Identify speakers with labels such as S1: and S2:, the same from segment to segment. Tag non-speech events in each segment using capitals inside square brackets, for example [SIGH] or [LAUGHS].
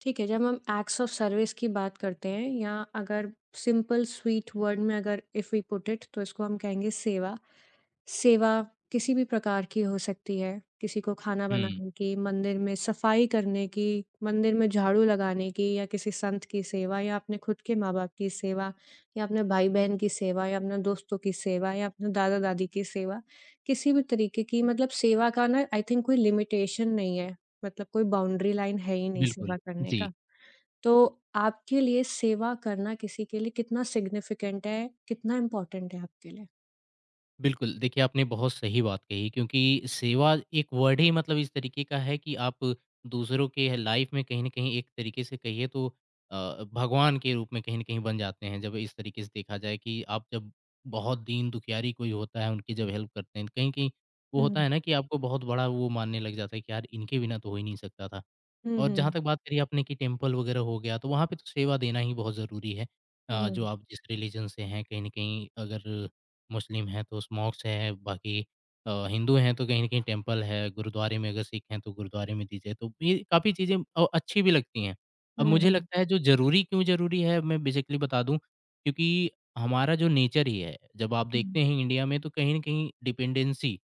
S1: ठीक है, जब हम एक्ट्स ऑफ सर्विस की बात करते हैं या अगर सिंपल स्वीट वर्ड में अगर इफ़ वी पुट इट तो इसको हम कहेंगे सेवा। सेवा किसी भी प्रकार की हो सकती है, किसी को खाना
S2: हुँ,
S1: बनाने की, मंदिर में सफाई करने की, मंदिर में झाड़ू लगाने की या किसी संत की सेवा या अपने खुद के माँ-बाप की सेवा या अपने भाई-बहन की सेवा या अपने दोस्तों की सेवा या अपने दादा-दादी की सेवा। किसी भी तरीके की मतलब सेवा का ना आई थिंक कोई लिमिटेशन नहीं है, मतलब कोई बाउंड्री लाइन है ही नहीं
S2: बिल्कुल।
S1: सेवा करने
S2: जी,
S1: का। तो आपके लिए सेवा करना किसी के लिए कितना सिग्निफिकेंट है, कितना इम्पोर्टेंट है आपके लिए?
S2: बिल्कुल, देखिए, आपने बहुत सही बात कही, क्योंकि सेवा एक वर्ड ही मतलब इस तरीके का है कि आप दूसरों के लाइफ़ में कहीं न कहीं एक तरीके से कहिए तो भगवान के रूप में कहीं न कहीं बन जाते हैं। जब इस तरीके से देखा जाए कि आप जब बहुत दीन दुखियारी कोई होता है, उनकी जब हेल्प करते हैं, कहीं-कहीं वो होता
S1: हुँ।
S2: है ना, कि आपको बहुत बड़ा वो मानने लग जाता है कि यार इनके बिना तो हो ही नहीं सकता था।
S1: हुँ,
S2: और जहाँ
S1: हुँ।
S2: तक बात करी आपने कि टेम्पल वगैरह हो गया, तो वहाँ पे तो सेवा देना ही बहुत ज़रूरी है।
S1: हुँ।
S2: जो आप जिस रिलीजन से हैं, कहीं न कहीं अगर मुस्लिम हैं तो मॉस्क है, बाकी हिंदू हैं तो कहीं न कहीं टेम्पल है, गुरुद्वारे में अगर सिख हैं तो गुरुद्वारे में दीजिए। तो ये काफ़ी चीज़ें अच्छी भी लगती हैं। अब
S1: हुँ,
S2: मुझे
S1: हुँ।
S2: लगता है, जो ज़रूरी क्यों ज़रूरी है, मैं बेसिकली बता दूँ, क्योंकि हमारा जो नेचर ही है, जब आप
S1: हुँ,
S2: देखते हैं इंडिया में, तो कहीं न कहीं डिपेंडेंसी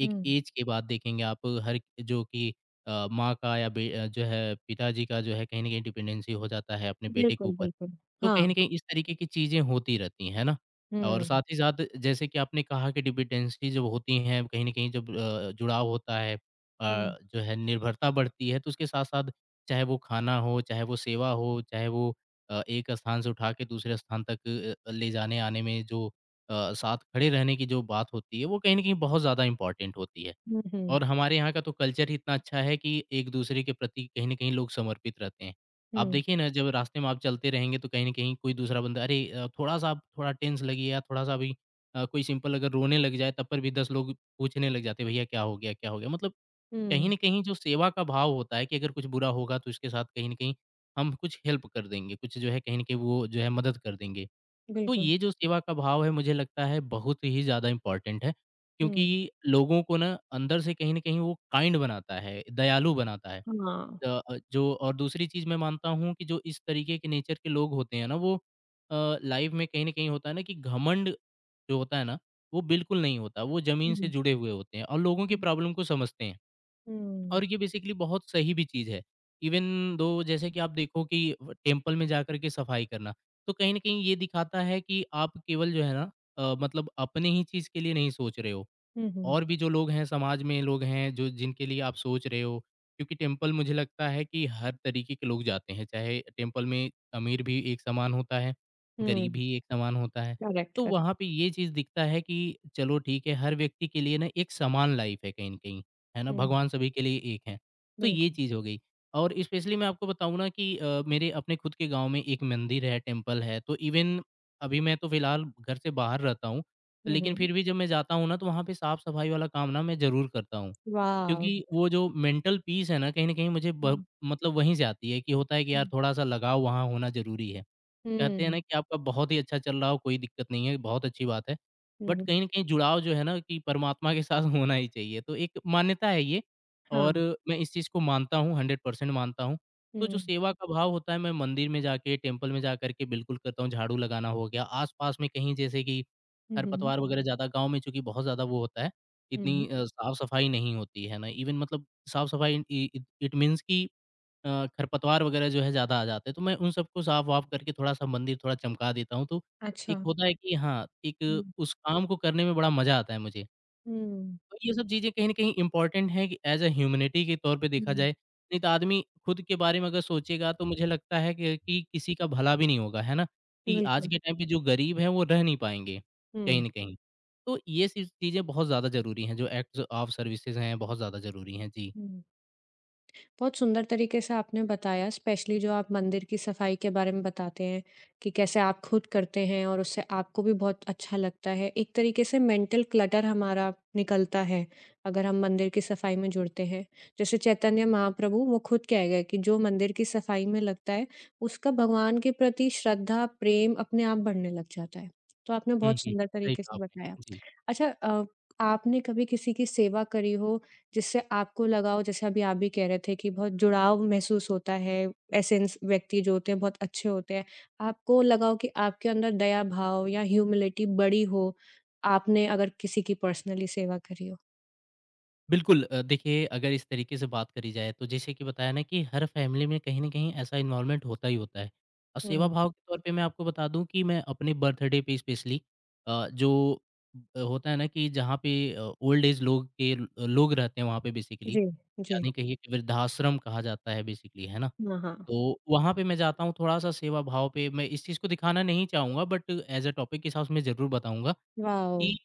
S2: एक
S1: हुँ।
S2: एज के बाद देखेंगे आप हर, जो कि माँ का या जो है पिताजी का जो है, कहीं न कहीं डिपेंडेंसी हो जाता है अपने बेटे के
S1: बिल्कुल,
S2: ऊपर।
S1: बिल्कुल।
S2: तो
S1: हाँ,
S2: कहीं न कहीं
S1: हाँ।
S2: इस तरीके की चीज़ें होती रहती हैं, है ना?
S1: हुँ,
S2: और
S1: हुँ।
S2: साथ ही साथ, जैसे कि आपने कहा कि डिपेंडेंसी जब होती हैं, कहीं न कहीं जब जुड़ाव होता है, जो है, निर्भरता बढ़ती है। तो उसके साथ-साथ, चाहे वो खाना हो, चाहे वो सेवा हो, चाहे वो एक स्थान से उठा के दूसरे स्थान तक ले जाने-आने में, जो साथ खड़े रहने की जो बात होती है, वो कहीं न कहीं बहुत ज़्यादा इम्पोर्टेंट होती है।
S1: हुँ, हुँ।
S2: और हमारे यहाँ का तो कल्चर ही इतना अच्छा है कि एक-दूसरे के प्रति कहीं न कहीं लोग समर्पित रहते हैं। आप
S1: हुँ,
S2: देखिए ना, जब रास्ते में आप चलते रहेंगे तो कहीं न कहीं कोई दूसरा बंदा, अरे, थोड़ा-सा आप थोड़ा टेंस लगिए या थोड़ा-सा अभी कोई सिंपल अगर रोने लग जाए, तब पर भी 10 लोग पूछने लग जाते हैं, भैया क्या हो गया, क्या हो गया? मतलब, कहीं
S1: हुँ।
S2: न कहीं जो सेवा का भाव होता है कि अगर कुछ बुरा होगा, तो इसके साथ कहीं न कहीं हम कुछ हेल्प कर देंगे, कुछ जो है कहीं न कहीं वो जो है मदद कर देंगे। तो
S1: बिल्कुल।
S2: ये जो सेवा का भाव है, मुझे लगता है बहुत ही ज़्यादा इम्पोर्टेंट है,
S1: हुँ।
S2: क्योंकि लोगों को ना अंदर से कहीं न कहीं वो काइंड बनाता है, दयालु बनाता है।
S1: हाँ।
S2: जो और दूसरी चीज़ मैं मानता हूँ कि जो इस तरीके के नेचर के लोग होते हैं ना, वो लाइफ़ में कहीं न कहीं होता है ना कि घमंड जो होता है ना, वो बिल्कुल नहीं होता, वो
S1: हुँ,
S2: ज़मीन से
S1: हुँ।
S2: जुड़े हुए होते हैं और लोगों की प्रॉब्लम को समझते हैं।
S1: हुँ।
S2: और ये बेसिकली बहुत सही भी चीज़ है। इवन दो, जैसे कि आप देखो कि व टेम्पल में जा कर के सफाई करना, तो कहीं न कहीं ये दिखाता है कि आप केवल जो है ना, मतलब अपने ही चीज़ के लिए नहीं सोच रहे हो।
S1: हुँ, हुँ।
S2: और भी जो लोग हैं समाज में, लोग हैं जो जिनके लिए आप सोच रहे हो, क्योंकि टेंपल मुझे लगता है कि हर तरीके के लोग जाते हैं, चाहे टेंपल में अमीर भी एक समान होता है, गरीब
S1: हुँ।
S2: भी एक समान होता है।
S1: करेक्ट,
S2: तो
S1: करेक्ट।
S2: वहाँ पे ये चीज़ दिखता है कि चलो, ठीक है, हर व्यक्ति के लिए ना एक समान लाइफ है कहीं न कहीं, है ना?
S1: हुँ,
S2: भगवान सभी के लिए एक हैं। तो ये
S1: बिल्कुल।
S2: चीज़ हो गई, और स्पेशली मैं आपको बताऊँ ना कि मेरे अपने खुद के गाँव में एक मंदिर है, टेंपल है, तो इवन अभी मैं तो फिलहाल घर से बाहर रहता हूँ।
S1: हुँ,
S2: लेकिन
S1: हुँ।
S2: फिर भी जब मैं जाता हूँ ना, तो वहाँ पे साफ-सफाई वाला काम ना मैं ज़रूर करता हूँ।
S1: वाव!
S2: क्योंकि वो जो मेंटल पीस है ना, कहीं न कहीं मुझे ब
S1: हुँ,
S2: मतलब वहीं से आती है, कि होता है कि यार
S1: हुँ।
S2: थोड़ा-सा लगाव वहाँ होना ज़रूरी है। कहते हैं
S1: हुँ,
S2: ना कि आपका बहुत ही अच्छा चल रहा हो, कोई दिक्कत नहीं है, बहुत अच्छी बात है।
S1: हुँ,
S2: बट
S1: हुँ।
S2: कहीं न कहीं जुड़ाव जो है ना, कि परमात्मा के साथ [LAUGHS] होना ही चाहिए। तो एक मान्यता है ये, और
S1: हाँ।
S2: मैं इस चीज़ को मानता हूँ, 100% मानता हूँ। तो जो
S1: हुँ,
S2: सेवा का भाव होता है, मैं मंदिर में जाके, टेम्पल में जा कर के बिल्कुल करता हूँ, झाड़ू लगाना हो गया, आस-पास में कहीं, जैसे कि
S1: हुँ, हुँ।
S2: खरपतवार वगैरह ज़्यादा गाँव में चूँकि बहुत ज़्यादा वो होता है, इतनी
S1: हुँ।
S2: साफ-सफाई नहीं होती है ना, इवन मतलब साफ-सफाई इ इट इट मीन्स कि खरपतवार वगैरह जो है ज़्यादा आ जाते हैं, तो मैं उन सबको साफ-वाफ करके थोड़ा-सा मंदिर थोड़ा चमका देता हूँ। तो
S1: अच्छा।
S2: एक होता है कि हाँ,
S1: हुँ।
S2: एक उस काम को करने में बड़ा मज़ा आता है मुझे।
S1: हुँ।
S2: तो ये सब चीज़ें कहीं न कहीं इम्पोर्टेंट हैं कि ऐज़ अ ह्यूमैनिटी के तौर पे देखा
S1: हुँ,
S2: जाए, नहीं तो आदमी खुद के बारे में अगर सोचेगा तो मुझे लगता है कि किसी का भला भी नहीं होगा, है ना? कि आज
S1: बिल्कुल।
S2: के टाइम पे जो गरीब हैं वो रह नहीं पाएँगे, कहीं
S1: हुँ।
S2: न कहीं। तो ये सी चीज़ें बहुत ज़्यादा ज़रूरी हैं, जो एक्ट्स ऑफ सर्विसेज़ हैं, बहुत ज़्यादा ज़रूरी हैं। जी।
S1: हुँ। बहुत सुंदर तरीके से आपने बताया, स्पेशली जो आप मंदिर की सफाई के बारे में बताते हैं कि कैसे आप खुद करते हैं और उससे आपको भी बहुत अच्छा लगता है। एक तरीके से मेंटल क्लटर हमारा निकलता है अगर हम मंदिर की सफाई में जुड़ते हैं। जैसे चैतन्य महाप्रभु वो खुद कह गए कि जो मंदिर की सफाई में लगता है, उसका भगवान के प्रति श्रद्धा प्रेम अपने आप बढ़ने लग जाता है। तो आपने
S2: हुँ,
S1: बहुत
S2: हुँ।
S1: सुंदर
S2: सही
S1: तरीके
S2: कहा
S1: से बताया।
S2: आपने। जी।
S1: अच्छा, आपने कभी किसी की सेवा करी हो जिससे आपको लगाव, जैसे अभी आप भी कह रहे थे कि बहुत जुड़ाव महसूस होता है, ऐसे इंस व्यक्ति जो होते हैं बहुत अच्छे होते हैं। आपको लगाव कि आपके अंदर दया भाव या ह्यूमिलिटी बड़ी हो, आपने अगर किसी की पर्सनली सेवा करी हो।
S2: बिल्कुल। देखिए, अगर इस तरीके से बात करी जाए, तो जैसे कि बताया ना कि हर फैमिली में कहीं ना कहीं ऐसा इन्वॉल्वमेंट होता ही होता है, और सेवा
S1: हुँ,
S2: भाव के तौर पे मैं आपको बता दूं कि मैं अपने बर्थडे पे स्पेशली, जो होता है ना कि जहाँ पे ओल्ड एज लोग के लोग रहते हैं वहाँ पे, बेसिकली
S1: जी, जी।
S2: यानी कहिए कि वृद्धाश्रम कहा जाता है बेसिकली, है ना?
S1: हाँ, हाँ।
S2: तो वहाँ पे मैं जाता हूँ, थोड़ा सा सेवा भाव पे। मैं इस चीज़ को दिखाना नहीं चाहूँगा, बट एज अ टॉपिक के हिसाब से मैं ज़रूर बताऊँगा
S1: वाओ!
S2: कि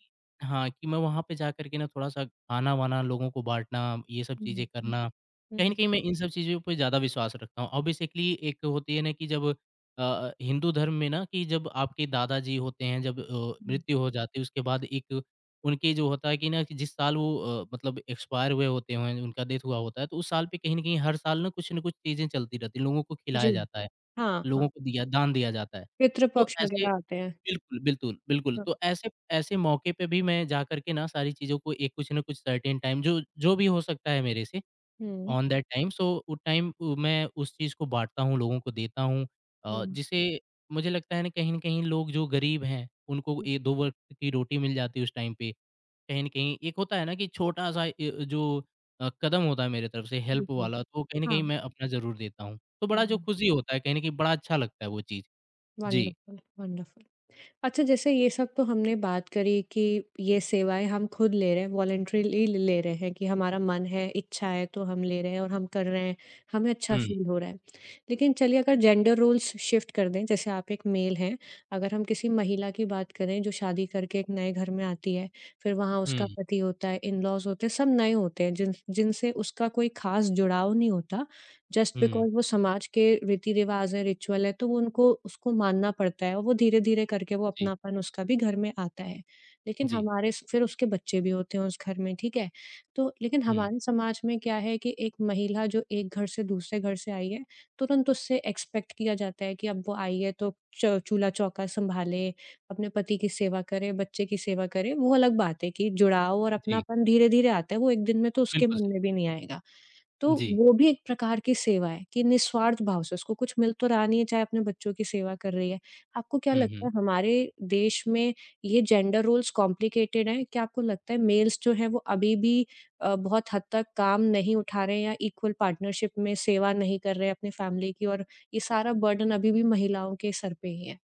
S2: हाँ, कि मैं वहाँ पे जा कर के ना थोड़ा-सा खाना-वाना लोगों को बाँटना, ये सब चीज़ें
S1: हुँ,
S2: हुँ। करना,
S1: हुँ,
S2: कहीं न
S1: हुँ,
S2: कहीं मैं इन सब चीज़ों पे ज़्यादा विश्वास रखता हूँ। और बेसिकली एक होती है ना कि जब हिंदू धर्म में ना, कि जब आपके दादाजी होते हैं, जब
S1: हुँ।
S2: मृत्यु हो जाती है, उसके बाद एक उनके जो होता है कि ना कि जिस साल वो मतलब एक्सपायर हुए होते हैं, उनका डेथ हुआ होता है, तो उस साल पे कहीं न कहीं हर साल ना कुछ न कुछ चीज़ें चलती रहती हैं, लोगों को
S1: जी,
S2: खिलाया जाता है,
S1: हाँ, हाँ।
S2: लोगों को दिया दान दिया जाता है। तो
S1: पितृपक्ष
S2: ऐसे
S1: वगैरह आते हैं।
S2: बिल्कुल, बिल्कुल, बिल्कुल।
S1: हाँ,
S2: तो ऐसे ऐसे मौके पे भी मैं जा कर के ना सारी चीज़ों को, एक कुछ न कुछ सर्टेन टाइम जो जो भी हो सकता है मेरे से
S1: हुँ,
S2: ऑन दैट टाइम, सो वो टाइम उ मैं उस चीज़ को बाँटता हूँ, लोगों को देता हूँ,
S1: हुँ,
S2: जिसे मुझे लगता है ना, कहीं न कहीं लोग जो गरीब हैं, उनको
S1: हुँ,
S2: ए 2 वक़्त की रोटी मिल जाती है उस टाइम पे। कहीं न कहीं एक होता है ना कि छोटा-सा जो कदम होता है मेरे तरफ से, हेल्प
S1: बिल्कुल।
S2: वाला, तो कहीं न
S1: हाँ,
S2: कहीं मैं अपना ज़रूर देता हूँ। तो बड़ा जो
S1: हुँ,
S2: खुशी होता है, कहीं न कहीं बड़ा अच्छा लगता है वो चीज़। जी।
S1: Wonderful, wonderful. अच्छा, जैसे ये सब तो हमने बात करी कि ये सेवाएँ हम खुद ले रहे हैं, वॉलंटरीली ले रहे हैं कि हमारा मन है, इच्छा है तो हम ले रहे हैं और हम कर रहे हैं, हमें अच्छा
S2: हुँ,
S1: फ़ील हो रहा है। लेकिन चलिए अगर जेंडर रोल्स शिफ्ट कर दें, जैसे आप एक मेल हैं, अगर हम किसी महिला की बात करें जो शादी करके एक नए घर में आती है, फिर वहाँ उसका
S2: हुँ,
S1: पति होता है, इन-लॉज़ होते हैं, सब नए होते हैं, जिन जिनसे उसका कोई ख़ास जुड़ाव नहीं होता। Just
S2: hmm.
S1: बिकॉज़ वो समाज के रीति-रिवाज़ है, रिचुअल है, तो वो उनको उसको मानना पड़ता है और वो धीरे-धीरे करके वो
S2: जी।
S1: अपनापन उसका भी घर में आता है। लेकिन
S2: जी,
S1: हमारे स फिर उसके बच्चे भी होते हैं उस घर में, ठीक है? तो लेकिन
S2: हुँ।
S1: हमारे समाज में क्या है कि एक महिला जो एक घर से दूसरे घर से आई है, तुरंत उससे एक्सपेक्ट किया जाता है कि अब वो आई है तो च चूल्हा-चौका सँभाले, अपने पति की सेवा करे, बच्चे की सेवा करे। वो अलग बात है कि जुड़ाव और
S2: जी,
S1: अपनापन धीरे-धीरे आता है, वो एक दिन में तो उसके
S2: बिल्कुल
S1: मन
S2: सही।
S1: में भी नहीं आएगा। तो
S2: जी,
S1: वो भी एक प्रकार की सेवा है कि निस्वार्थ भाव से उसको कुछ मिल तो रहा नहीं है, चाहे अपने बच्चों की सेवा कर रही है। आपको क्या
S2: हुँ,
S1: लगता
S2: हुँ।
S1: है हमारे देश में ये जेंडर रोल्स कॉम्प्लिकेटेड हैं? क्या आपको लगता है मेल्स जो हैं वो अभी भी बहुत हद तक काम नहीं उठा रहे हैं या इक्वल पार्टनरशिप में सेवा नहीं कर रहे हैं अपनी फैमिली की, और ये सारा बर्डन अभी भी महिलाओं के सर पे ही है?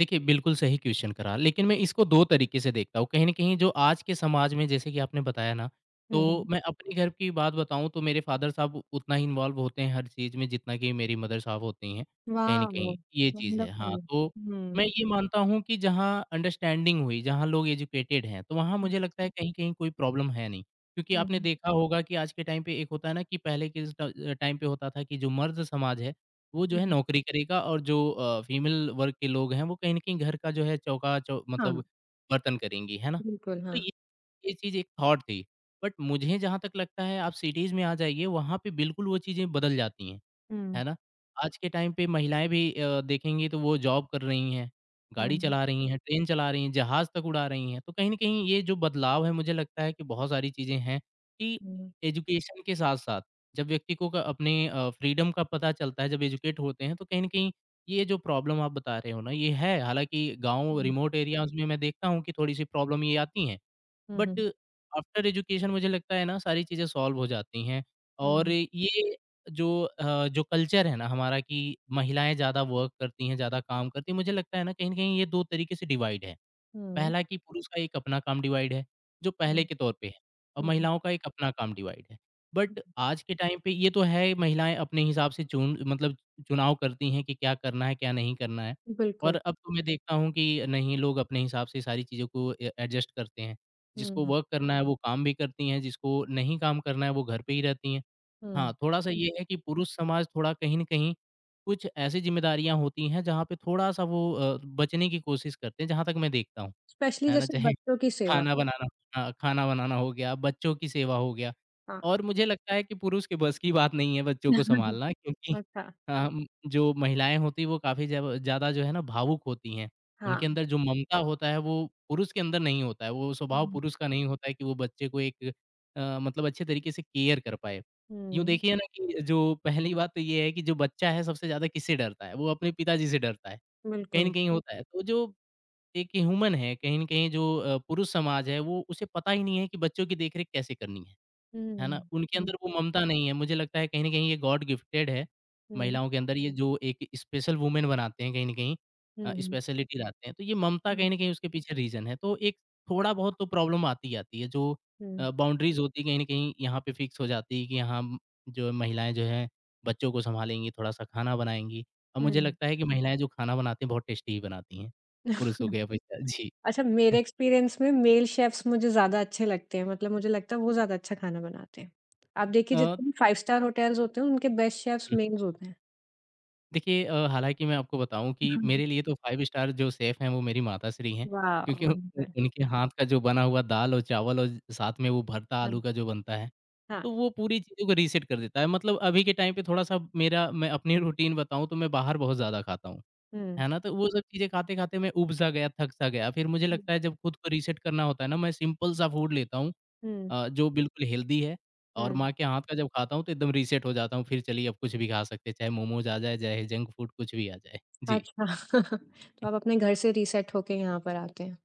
S2: देखिए, बिल्कुल सही क्वेश्चन करा, लेकिन मैं इसको 2 तरीके से देखता हूँ। कहीं न कहीं जो आज के समाज में, जैसे कि आपने बताया ना,
S1: हुँ,
S2: तो
S1: हुँ।
S2: मैं अपने घर की बात बताऊँ तो मेरे फादर साहब उतना ही इन्वॉल्व होते हैं हर चीज़ में, जितना कि मेरी मदर साहब होती हैं, कहीं न
S1: वॉव!
S2: कहीं, ये चीज़ है।
S1: वंडरफुल।
S2: हाँ, तो
S1: हुँ।
S2: मैं ये मानता हूँ कि जहाँ अंडरस्टैंडिंग हुई, जहाँ लोग एजुकेटेड हैं, तो वहाँ मुझे लगता है कहीं-कहीं कोई प्रॉब्लम है नहीं। क्योंकि
S1: हुँ,
S2: आपने
S1: हुँ,
S2: देखा होगा कि आज के टाइम पे एक होता है ना कि पहले के स ट टाइम पे होता था कि जो मर्द समाज है, वो जो है
S1: हुँ।
S2: नौकरी करेगा, और जो फीमेल वर्ग के लोग हैं, वो कहीं न कहीं घर का जो है चौका चौ
S1: हाँ,
S2: मतलब बर्तन करेंगी, है ना?
S1: बिल्कुल,
S2: तो
S1: हाँ।
S2: ये चीज़ एक थॉट थी। बट मुझे जहाँ तक लगता है, आप सिटीज़ में आ जाइए, वहाँ पे बिल्कुल वो चीज़ें बदल जाती हैं।
S1: हुँ,
S2: है ना? आज के टाइम पे महिलाएँ भी देखेंगी तो वो जॉब कर रही हैं, गाड़ी
S1: हुँ,
S2: चला रही हैं, ट्रेन चला रही हैं, जहाज़ तक उड़ा रही हैं। तो कहीं न कहीं ये जो बदलाव है मुझे लगता है कि बहुत सारी चीज़ें हैं कि
S1: हुँ,
S2: एजुकेशन के साथ-साथ जब व्यक्ति को क अपने फ्रीडम का पता चलता है, जब एजुकेट होते हैं तो कहीं न कहीं ये जो प्रॉब्लम आप बता रहे हो ना ये है। हालाँकि गाँव
S1: हुँ।
S2: रिमोट एरियाज़ में मैं देखता हूँ कि थोड़ी-सी प्रॉब्लम ये आती हैं।
S1: हुँ,
S2: बट
S1: हुँ।
S2: आफ्टर एजुकेशन मुझे लगता है ना सारी चीज़ें सॉल्व हो जाती हैं और
S1: हुँ,
S2: ये जो कल्चर है ना हमारा कि महिलाएं ज़्यादा वर्क करती हैं, ज़्यादा काम करती हैं, मुझे लगता है ना कहीं न कहीं ये 2 तरीके से डिवाइड है।
S1: हुँ,
S2: पहला कि पुरुष का एक अपना काम डिवाइड है, जो पहले
S1: हुँ,
S2: के तौर पे है और
S1: हुँ,
S2: महिलाओं का एक अपना काम डिवाइड है। बट
S1: हुँ।
S2: आज के टाइम पे ये तो है महिलाएँ अपने हिसाब से चुनाव करती हैं कि क्या करना है, क्या नहीं करना है।
S1: बिल्कुल।
S2: और अब तो मैं देखता हूँ कि नहीं लोग अपने हिसाब से सारी चीज़ों को ए एडजस्ट करते हैं। जिसको
S1: हुँ,
S2: वर्क करना है वो काम भी करती हैं, जिसको नहीं काम करना है वो घर पे ही रहती हैं।
S1: हुँ,
S2: हाँ, थोड़ा-सा ये
S1: हुँ।
S2: है कि पुरुष समाज थोड़ा कहीं न कहीं कुछ ऐसी ज़िम्मेदारियाँ होती हैं जहाँ पे थोड़ा-सा वो बचने की कोशिश करते हैं, जहाँ तक मैं देखता हूँ।
S1: स्पेशली
S2: है ना?
S1: जैसे
S2: चाहे
S1: बच्चों की सेवा।
S2: खाना बनाना हाँ, खाना बनाना हो गया, बच्चों की सेवा हो गया
S1: हाँ।
S2: और मुझे लगता है कि पुरुष के बस की बात नहीं है बच्चों को
S1: [LAUGHS]
S2: सँभालना क्योंकि
S1: अच्छा,
S2: जो महिलाएँ होती हैं वो काफ़ी जब ज़्यादा जो है ना भावुक होती हैं। उनके
S1: हाँ।
S2: अंदर जो ममता होता है वो पुरुष के अंदर नहीं होता है, वो स्वभाव
S1: हुँ,
S2: पुरुष का नहीं होता है कि वो बच्चे को एक अच्छे तरीके से केयर कर पाए। यूँ
S1: हुँ,
S2: देखिए ना कि जो पहली बात तो ये है कि जो बच्चा है सबसे ज़्यादा किससे डरता है? वो अपने पिताजी से डरता है, कहीं
S1: बिल्कुल।
S2: न कहीं होता है। तो जो एक ह्यूमन है, कहीं न कहीं पुरुष समाज है, वो उसे पता ही नहीं है कि बच्चों की देखरेख कैसे करनी है। है
S1: हुँ,
S2: ना? उनके
S1: हुँ,
S2: अंदर वो ममता नहीं है। मुझे लगता है कहीं न कहीं ये गॉड गिफ्टेड है,
S1: हुँ,
S2: महिलाओं के अंदर ये जो एक स्पेशल वुमेन बनाते हैं कहीं न कहीं
S1: हुँ,
S2: स्पेशलिटी लाते हैं। तो ये ममता
S1: हुँ,
S2: कहीं न कहीं उसके पीछे रीज़न है। तो एक थोड़ा बहुत तो प्रॉब्लम आती ही आती है
S1: हुँ,
S2: बाउंड्रीज़ होती है कहीं न कहीं यहाँ पे फिक्स हो जाती है कि यहाँ म जो है महिलाएँ जो हैं बच्चों को सँभालेंगी, थोड़ा-सा खाना बनाएँगी और
S1: हुँ।
S2: मुझे लगता है कि महिलाएँ जो खाना बनाती हैं बहुत टेस्टी ही बनाती हैं,
S1: [LAUGHS]
S2: पुरुषों के अपेक्षा। जी।
S1: अच्छा, मेरे
S2: [LAUGHS]
S1: एक्सपीरियंस में मेल शेफ्स मुझे ज़्यादा अच्छे लगते हैं, मतलब मुझे लगता है वो ज़्यादा अच्छा खाना बनाते हैं। आप देखिए
S2: अ
S1: जितने भी 5 स्टार होटल्स होते हैं उनके बेस्ट शेफ्स मेल्स होते हैं।
S2: हालाँकि मैं आपको बताऊँ कि मेरे
S1: [LAUGHS]
S2: लिए तो 5 स्टार जो शेफ़ हैं वो मेरी माताश्री हैं,
S1: वाह!
S2: क्योंकि उ उ
S1: वंडरफुल।
S2: उनके हाथ का जो बना हुआ दाल और चावल और साथ में वो भरता
S1: हाँ,
S2: आलू का जो बनता है,
S1: हाँ।
S2: तो वो पूरी चीज़ों को रीसेट कर देता है। मतलब अभी के टाइम पे थोड़ा-सा मेरा मैं अपनी रूटीन बताऊँ तो मैं बाहर बहुत ज़्यादा खाता हूँ,
S1: हुँ।
S2: है ना? तो वो सब चीज़ें खाते-खाते मैं ऊब-सा गया, थक-सा गया, फिर मुझे लगता है जब खुद को रीसेट करना होता है ना, मैं सिंपल-सा फूड लेता हूँ
S1: हुँ,
S2: जो बिल्कुल हेल्दी है और
S1: हुँ।
S2: माँ के हाथ का जब खाता हूँ तो एकदम रीसेट हो जाता हूँ, फिर चलिए अब कुछ भी खा सकते हैं, चाहे मोमोज़ आ जाए, चाहे जंक फूड कुछ भी आ जाए। जी।
S1: अच्छा, [LAUGHS] तो आप अपने घर से रीसेट होके यहाँ पर आते हैं।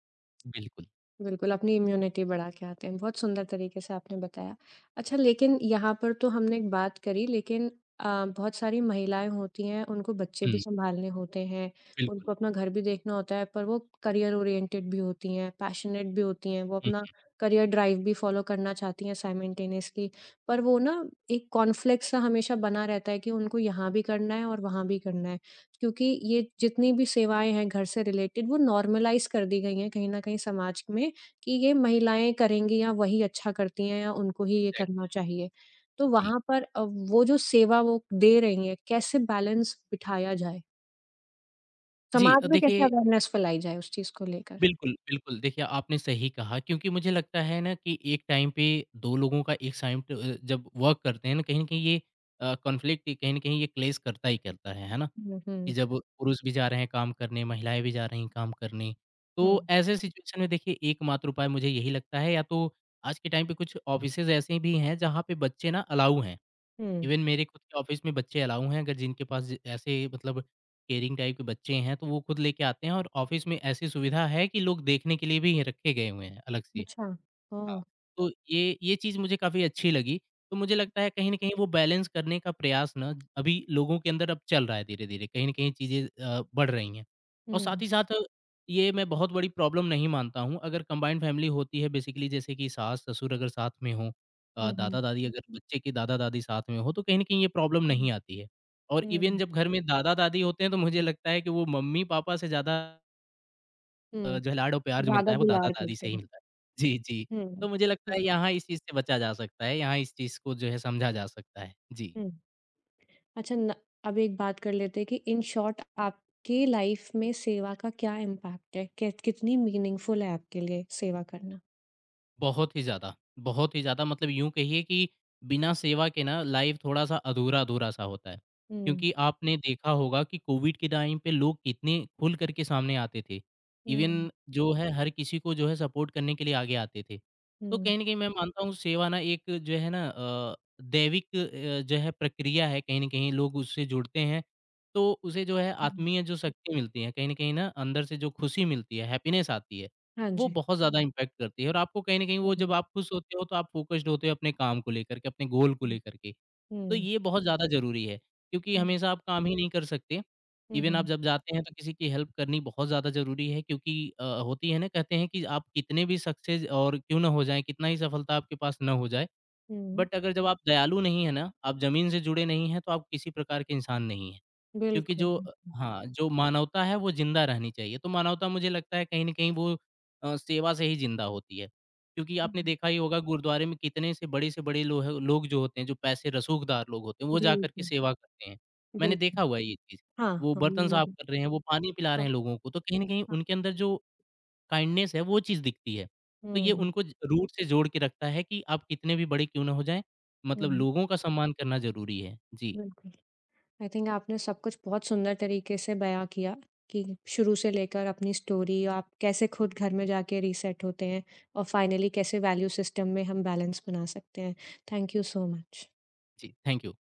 S2: बिल्कुल।
S1: बिल्कुल, अपनी इम्यूनिटी बढ़ा के आते हैं। बहुत सुंदर तरीके से आपने बताया। अच्छा, लेकिन यहाँ पर तो हमने एक बात करी, लेकिन बहुत सारी महिलाएँ होती हैं, उनको बच्चे भी
S2: हुँ,
S1: सँभालने होते हैं,
S2: बिल्कुल।
S1: उनको अपना घर भी देखना होता है, पर वो करियर ओरिएंटेड भी होती हैं, पैशनेट भी होती हैं, वो
S2: हुँ,
S1: अपना करियर ड्राइव भी फ़ॉलो करना चाहती हैं साइमल्टेनियसली। पर वो ना एक कॉन्फ्लिक्ट सा हमेशा बना रहता है कि उनको यहाँ भी करना है और वहाँ भी करना है। क्योंकि ये जितनी भी सेवाएँ हैं घर से रिलेटेड वो नॉर्मलाइज़ कर दी गई हैं कहीं न कहीं समाज में कि ये महिलाएँ करेंगी या वही अच्छा करती हैं या उनको ही ये
S2: एग्ज़ैक्टली।
S1: करना चाहिए। तो
S2: जी।
S1: वहाँ पर वो जो सेवा वो दे रही हैं, कैसे बैलेंस बिठाया जाए?
S2: जी,
S1: समाज
S2: अ,
S1: में कैसे
S2: देखिए
S1: अवेयरनेस फैलाई जाए उस चीज़ को लेकर?
S2: बिल्कुल, बिल्कुल। देखिए, आपने सही कहा क्योंकि मुझे लगता है ना कि एक टाइम पे 2 लोगों का एक साइड जब वर्क करते हैं ना, कहीं न कहीं ये कॉन्फ्लिक्ट कहीं न कहीं ये क्लेश करता ही करता है ना?
S1: हुँ, हुँ,
S2: कि जब पुरुष भी जा रहे हैं काम करने, महिलाएँ भी जा रही हैं काम करने।
S1: हुँ,
S2: तो ऐसे सिचुएशन में देखिए एकमात्र उपाय मुझे यही लगता है या तो आज के टाइम पे कुछ ऑफ़िसेज़ ऐसे भी हैं जहाँ पे बच्चे ना अलाउ हैं।
S1: हुँ।
S2: इवन मेरे खुद के ऑफिस में बच्चे अलाउ हैं, अगर जिनके पास ज ऐसे मतलब केयरिंग टाइप के बच्चे हैं, तो वो खुद लेके आते हैं और ऑफिस में ऐसी सुविधा है कि लोग देखने के लिए भी रखे गए हुए हैं अलग से।
S1: अच्छा।
S2: हाँ।
S1: ओह!
S2: तो ये चीज़ मुझे काफ़ी अच्छी लगी। तो मुझे लगता है कहीं न कहीं वो बैलेंस करने का प्रयास ना अभी लोगों के अंदर अब चल रहा है धीरे-धीरे, कहीं न कहीं चीज़ें बढ़ रही हैं। और
S1: हुँ,
S2: साथ ही साथ ये मैं बहुत बड़ी प्रॉब्लम नहीं मानता हूँ, अगर कम्बाइन्ड फैमिली होती है बेसिकली जैसे कि सास-ससुर अगर साथ में हों
S1: हुँ, हुँ,
S2: दादा-दादी अगर बच्चे के दादा-दादी साथ में हों, तो कहीं न कहीं ये प्रॉब्लम
S1: हुँ,
S2: नहीं आती है। और इवन
S1: हुँ,
S2: जब घर में दादा-दादी होते हैं तो मुझे लगता है कि वो मम्मी-पापा से ज़्यादा
S1: हुँ।
S2: जो है लाड और प्यार जो मिलता
S1: ज़्यादा
S2: है वो
S1: दुलार
S2: दादा-दादी
S1: करते
S2: से ही
S1: हैं।
S2: मिलता है। जी, जी।
S1: हुँ,
S2: तो मुझे लगता
S1: हुँ,
S2: है यहाँ इस चीज़ से बचा जा सकता है, यहाँ इस चीज़ को जो है समझा जा सकता है। जी।
S1: हुँ। अच्छा न, अब एक बात कर लेते हैं कि इन शॉर्ट आपकी लाइफ़ में सेवा का क्या इम्पैक्ट है? कै कितनी मीनिंगफुल है आपके लिए सेवा करना?
S2: बहुत ही ज़्यादा मतलब यूँ कहिए कि बिना सेवा के ना लाइफ़ थोड़ा-सा अधूरा-अधूरा सा होता है।
S1: हुँ।
S2: क्योंकि आपने देखा होगा कि कोविड के टाइम पे लोग कितने खुल कर के सामने आते थे।
S1: हुँ,
S2: इवन जो है हर किसी को जो है सपोर्ट करने के लिए आगे आते थे। तो
S1: हुँ,
S2: कहीं न कहीं मैं मानता हूँ सेवा ना एक जो है ना दैविक जो है प्रक्रिया है कहीं न कहीं लोग उससे जुड़ते हैं। तो उसे जो है
S1: हुँ।
S2: आत्मीय जो शक्ति मिलती है, कहीं न कहीं ना अंदर से जो खुशी मिलती है, हैप्पीनेस आती है।
S1: हाँ
S2: वो
S1: जी।
S2: बहुत ज़्यादा इम्पैक्ट करती है और आपको कहीं न कहीं
S1: हुँ,
S2: वो जब
S1: हुँ,
S2: आप खुश होते हो, तो आप फ़ोकस्ड होते हो अपने काम को लेकर के, अपने गोल को लेकर के। तो
S1: हुँ,
S2: ये बहुत ज़्यादा ज़रूरी है, क्योंकि
S1: हुँ,
S2: हमेशा आप काम ही नहीं कर सकते।
S1: हुँ,
S2: इवन आप
S1: हुँ,
S2: जब जाते हैं, तो किसी की हेल्प करनी बहुत ज़्यादा ज़रूरी है क्योंकि होती है ना, कहते हैं कि आप कितने भी सक्सेस और क्यों ना हो जाएँ, कितना ही सफलता आपके पास ना हो जाए,
S1: हुँ।
S2: बट अगर जब आप दयालु नहीं है ना, आप ज़मीन से जुड़े नहीं हैं, तो आप किसी प्रकार के इंसान नहीं हैं। क्योंकि
S1: बिल्कुल, बिल्कुल।
S2: जो मानवता है वो ज़िंदा रहनी चाहिए, तो मानवता मुझे लगता है कहीं न कहीं वो सेवा से ही ज़िंदा होती है। क्योंकि आपने
S1: हुँ।
S2: देखा ही होगा गुरुद्वारे में कितने से बड़े लोह लोग जो होते हैं, जो पैसे रसूखदार लोग होते हैं, वो
S1: जी,
S2: जाकर के
S1: जी,
S2: सेवा करते हैं। मैंने
S1: बिल्कुल।
S2: देखा हुआ है ये चीज़।
S1: हाँ,
S2: वो
S1: हाँ,
S2: बर्तन
S1: मैंने
S2: साफ
S1: भी।
S2: कर रहे हैं, वो पानी पिला
S1: हाँ,
S2: रहे हैं लोगों को, तो कहीं न कहीं
S1: हाँ।
S2: उनके अंदर जो काइंडनेस है वो चीज़ दिखती है। तो ये
S1: हुँ,
S2: उनको ज रूट से जोड़ के रखता है कि आप कितने भी बड़े क्यों ना हो जाएँ, मतलब
S1: हुँ,
S2: लोगों का सम्मान करना ज़रूरी है। जी,
S1: बिल्कुल। आई थिंक आपने सब कुछ बहुत सुंदर तरीके से बयाँ किया कि शुरू से लेकर अपनी स्टोरी, आप कैसे खुद घर में जाके रीसेट होते हैं और फाइनली कैसे वैल्यू सिस्टम में हम बैलेंस बना सकते हैं। Thank you so much.
S2: जी, थैंक यू।